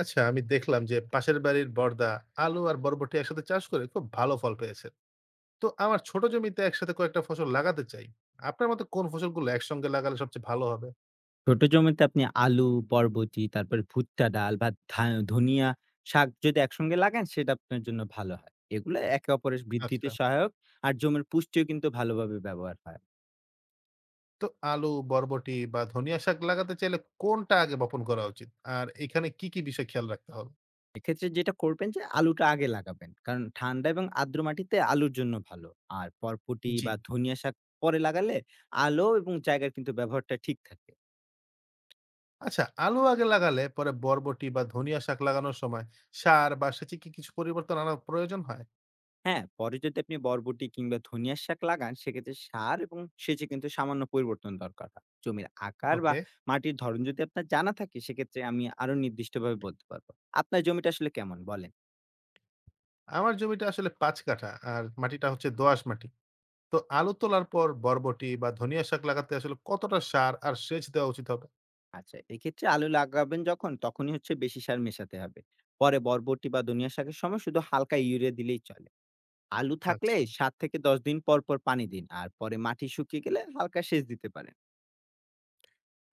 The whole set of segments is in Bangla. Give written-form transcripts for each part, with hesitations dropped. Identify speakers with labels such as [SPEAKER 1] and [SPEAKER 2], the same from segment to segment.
[SPEAKER 1] আচ্ছা, আমি দেখলাম যে পাশের বাড়ির বর্দা আলু আর বরবটি একসাথে চাষ করে খুব ভালো ফল পেয়েছে। তো আমার ছোট জমিতে একসাথে কয়েকটা ফসল লাগাতে চাই। আপনার মতে কোন ফসলগুলো একসঙ্গে লাগালে সবচেয়ে ভালো হবে?
[SPEAKER 2] ছোট জমিতে আপনি আলু, বরবটি, তারপরে ভুট্টা ডাল বা ধনিয়া শাক যদি একসঙ্গে লাগান সেটা আপনার জন্য ভালো হয়। এগুলো একে অপরের বৃদ্ধিতে
[SPEAKER 1] আচ্ছা।
[SPEAKER 2] সহায়ক আর জমির পুষ্টিও কিন্তু ভালোভাবে ব্যবহার হয়।
[SPEAKER 1] তো আলু, বরবটি বা ধনিয়া শাক লাগাতে চাইলে কোনটা আগে বপন করা উচিত? আর এখানে কি কি বিষয় খেয়াল রাখতে হবে?
[SPEAKER 2] এক্ষেত্রে যেটা করবেন যে আলুটা আগে লাগাবেন। কারণ ঠান্ডা এবং আর্দ্র মাটিতে আলুর জন্য ভালো। আর বরবটি
[SPEAKER 1] জি।
[SPEAKER 2] বা ধনিয়া শাক পরে লাগালে আলো এবং জায়গার কিন্তু ব্যবহারটা ঠিক থাকে।
[SPEAKER 1] আচ্ছা, আলু আগে লাগালে পরে বরবটি বা ধনিয়া শাক লাগানোর সময় সার বা সেচে কি কিছু পরিবর্তন আনার প্রয়োজন হয়?
[SPEAKER 2] হ্যাঁ, পরে যদি আপনি বরবটি কিংবা ধনিয়ার শাক লাগান সেক্ষেত্রে সার এবং সেচে কিন্তু সামান্য পরিবর্তন দরকার হয়। জমির আকার বা
[SPEAKER 1] ওকে।
[SPEAKER 2] মাটির ধরন যদি আপনার জানা থাকে সেক্ষেত্রে আমি আরো নির্দিষ্টভাবে বলতে পারবো। আপনার জমিটা আসলে কেমন বলেন?
[SPEAKER 1] আমার জমিটা আসলে পাঁচ কাঠা, আর মাটিটা হচ্ছে দোআঁশ মাটি। তো আলু তোলার পর বরবটি বা ধনিয়া শাক লাগাতে আসলে কতটা সার আর সেচ দেওয়া উচিত হবে?
[SPEAKER 2] আচ্ছা এক্ষেত্রে আলু লাগাবেন যখন তখনই হচ্ছে বেশি সার মেশাতে হবে। পরে বরবটি বা ধনিয়া শাকের সময় শুধু হালকা ইউরিয়া দিলেই চলে। আলু থাকলে
[SPEAKER 1] আচ্ছা।
[SPEAKER 2] ৭ থেকে ১০ দিন পর পানি দিন। আর পরে মাটি শুকিয়ে গেলে হালকা সেচ দিতে পারেন।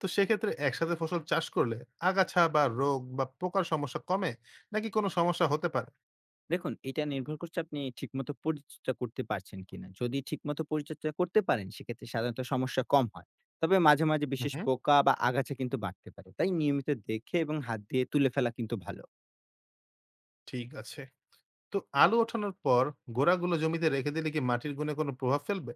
[SPEAKER 1] তো সেক্ষেত্রে একসাথে ফসল চাষ করলে আগাছা বা রোগ বা পোকার সমস্যা কমে, নাকি কোনো সমস্যা হতে পারে?
[SPEAKER 2] দেখুন, এটা নির্ভর করছে আপনি ঠিকমতো পরিচর্যা করতে পারছেন কিনা। যদি ঠিকমতো পরিচর্যা করতে পারেন, সেক্ষেত্রে সাধারণত সমস্যা কম হয়। তবে মাঝে, মাঝে
[SPEAKER 1] হুম,
[SPEAKER 2] বিশেষ
[SPEAKER 1] হুম।
[SPEAKER 2] পোকা বা আগাছা কিন্তু বাড়তে পারে। তাই নিয়মিত দেখে এবং হাত দিয়ে তুলে ফেলা কিন্তু ভালো।
[SPEAKER 1] ঠিক আছে। তো আলু ওঠানোর পর গোড়াগুলো জমিতে রেখে দিলে কি মাটির গুণে কোনো প্রভাব ফেলবে?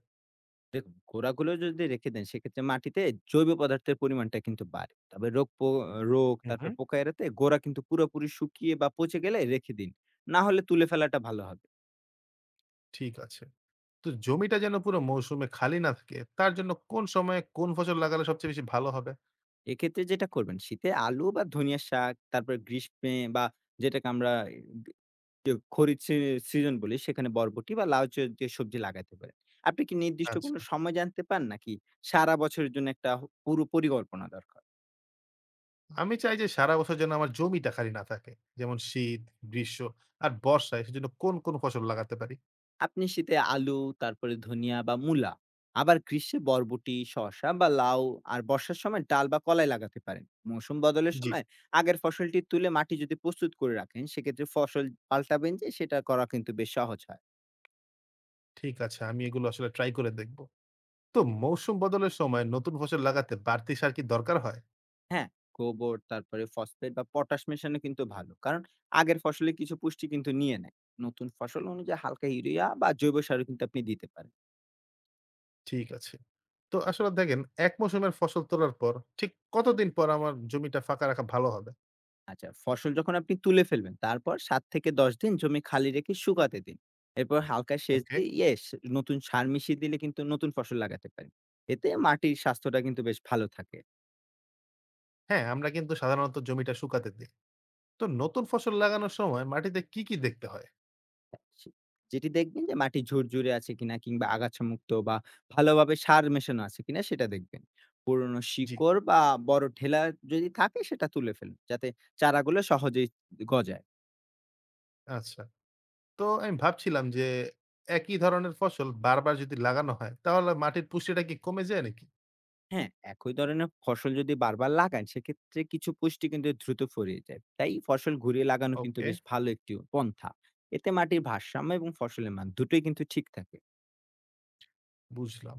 [SPEAKER 2] দেখুন, গোড়াগুলো যদি রেখে দেন, সেক্ষেত্রে মাটিতে জৈব পদার্থের পরিমাণটা কিন্তু বাড়ে। তবে রোগ,
[SPEAKER 1] হুম
[SPEAKER 2] তারপরে
[SPEAKER 1] হুম।
[SPEAKER 2] পোকা এড়াতে গোড়া কিন্তু পুরোপুরি শুকিয়ে বা পচে গেলে রেখে দিন। না হলে তুলে ফেলাটা ভালো হবে।
[SPEAKER 1] ঠিক আছে। তো জমিটা যেন পুরো মৌসুমে খালি না থাকে তার জন্য কোন সময়ে কোন ফসল লাগালে সবচেয়ে বেশি ভালো হবে?
[SPEAKER 2] এক্ষেত্রে যেটা করবেন, শীতে আলু বা ধনিয়ার শাক, তারপরে গ্রীষ্মে বা যেটাকে আমরা যে খরিদ সিজন বলি সেখানে বরবটি বা লাউ জাতীয় যে সবজি লাগাতে পারেন। আপনি কি নির্দিষ্ট
[SPEAKER 1] আচ্ছা।
[SPEAKER 2] কোনো সময় জানতে পান নাকি সারা বছরের জন্য একটা পুরো পরিকল্পনা দরকার?
[SPEAKER 1] আমি চাই যে সারা বছর যেন আমার জমিটা খালি না থাকে। যেমন শীত, গ্রীষ্ম আর বর্ষায়, সেজন্য কোন কোন ফসল লাগাতে পারি?
[SPEAKER 2] আপনি শীতে আলু, তারপরে ধনিয়া বা মূলা, আবার গ্রীষ্মে বরবটি, শসা বা লাউ আর বর্ষার সময় ডাল বা কলাই লাগাতে পারেন। মৌসুম বদলের
[SPEAKER 1] জি।
[SPEAKER 2] সময় আগের ফসলটি তুলে মাটি যদি প্রস্তুত করে রাখেন, সেক্ষেত্রে ফসল পাল্টাবেন যে সেটা করা কিন্তু বেশ সহজ হয়।
[SPEAKER 1] ঠিক আছে, আমি এগুলো আসলে ট্রাই করে দেখব। তো মৌসুম বদলের সময় নতুন ফসল লাগাতে বাড়তি সার কি দরকার হয়?
[SPEAKER 2] হ্যাঁ, গোবর তারপরে ফসফেট বা পটাশ মেশানো কিন্তু ভালো। কারণ আগের ফসলে কিছু পুষ্টি কিন্তু নিয়ে নেয়। নতুন ফসল অনুযায়ী হালকা ইউরিয়া বা জৈব সারও কিন্তু আপনি দিতে পারেন।
[SPEAKER 1] ঠিক আছে। তো আসলে দেখেন, এক মৌসুমের ফসল তোলার পর ঠিক কতদিন পর আমার জমিটা ফাঁকা রাখা ভালো হবে?
[SPEAKER 2] আচ্ছা, ফসল যখন আপনি তুলে ফেলবেন, তারপর ৭ থেকে ১০ দিন জমি খালি রেখে শুকাতে দিন। এরপর হালকা সেচ
[SPEAKER 1] ওকে।
[SPEAKER 2] দিয়ে ইয়েস নতুন সার মিশিয়ে দিলে কিন্তু নতুন ফসল লাগাতে পারেন। এতে মাটির স্বাস্থ্যটা কিন্তু বেশ ভালো থাকে।
[SPEAKER 1] হ্যাঁ, আমরা কিন্তু সাধারণত জমিটা শুকাতে দিই। তো নতুন ফসল লাগানোর সময় মাটিতে কি কি দেখতে হয়?
[SPEAKER 2] সে যেটি দেখবেন যে মাটি ঝুরঝুরে আছে কিনা কিংবা আগাছামুক্ত বা ভালোভাবে সার মেশানো আছে কিনা সেটা দেখবেন। পুরনো
[SPEAKER 1] জি।
[SPEAKER 2] শিকড় বা বড় ঢেলা যদি থাকে সেটা তুলে ফেলুন যাতে চারাগুলো সহজেই গজায়।
[SPEAKER 1] আচ্ছা। তো আমি ভাবছিলাম যে একই ধরনের ফসল বারবার যদি লাগানো হয় তাহলে মাটির পুষ্টিটা কি কমে যায় নাকি?
[SPEAKER 2] হ্যাঁ, একই ধরনের ফসল যদি বারবার লাগান সেক্ষেত্রে কিছু পুষ্টি কিন্তু দ্রুত ফুরিয়ে যায়। তাই ফসল ঘুরিয়ে লাগানো কিন্তু
[SPEAKER 1] ওকে,
[SPEAKER 2] বেশ ভালো একটি পন্থা। এতে মাটির ভারসাম্য এবং ফসলের মান দুটোই কিন্তু ঠিক থাকে।
[SPEAKER 1] বুঝলাম।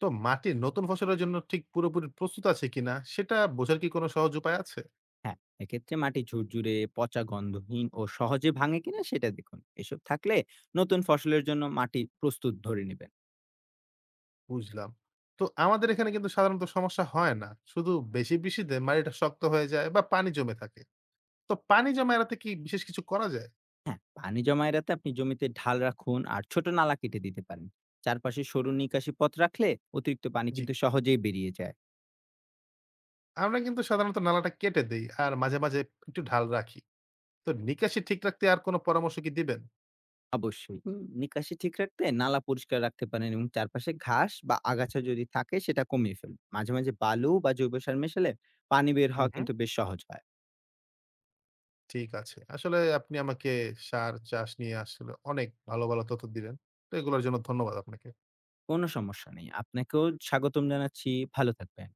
[SPEAKER 1] তো মাটির নতুন ফসলের জন্য ঠিক পুরোপুরি প্রস্তুত আছে কিনা সেটা বোঝার কি কোনো সহজ উপায় আছে?
[SPEAKER 2] হ্যাঁ, এক্ষেত্রে মাটি ঝুরঝুরে, পচা গন্ধহীন ও সহজে ভাঙে কিনা সেটা দেখুন। এসব থাকলে নতুন ফসলের জন্য মাটি প্রস্তুত ধরে নেবেন।
[SPEAKER 1] বুঝলাম। তো আমাদের এখানে কিন্তু সাধারণত সমস্যা হয় না। শুধু বেশি বৃষ্টিতে মাটিটা শক্ত হয়ে যায় বা পানি জমে থাকে। তো পানি জমা এড়াতে কি বিশেষ কিছু করা যায়?
[SPEAKER 2] হ্যাঁ, পানি জমা এড়াতে আপনি জমিতে ঢাল রাখুন আর ছোট নালা কেটে দিতে পারেন। চারপাশে সরু নিকাশি পথ রাখলে অতিরিক্ত পানি
[SPEAKER 1] জি।
[SPEAKER 2] কিন্তু সহজেই বেরিয়ে যায়।
[SPEAKER 1] আমরা কিন্তু সাধারণত নালাটা কেটে দেই আর মাঝে, মাঝে একটু ঢাল রাখি। তো নিকাশি ঠিক রাখতে আর কোনো পরামর্শ কি দিবেন?
[SPEAKER 2] অবশ্যই নিকাশি ঠিক রাখতে নালা পরিষ্কার রাখতে পারেন এবং চারপাশে ঘাস বা আগাছা যদি থাকে সেটা কমিয়ে ফেলুন। মাঝে মাঝে বালু বা জৈব সার মেশালে পানি বের
[SPEAKER 1] হুম,
[SPEAKER 2] হওয়া
[SPEAKER 1] হুম।
[SPEAKER 2] কিন্তু বেশ সহজ হয়।
[SPEAKER 1] ঠিক আছে। আসলে আপনি আমাকে সার, চাষ নিয়ে আসলে অনেক ভালো, ভালো তথ্য দিলেন। তো এগুলোর জন্য ধন্যবাদ আপনাকে।
[SPEAKER 2] কোনো সমস্যা নেই। আপনাকেও স্বাগতম জানাচ্ছি। ভালো থাকবেন।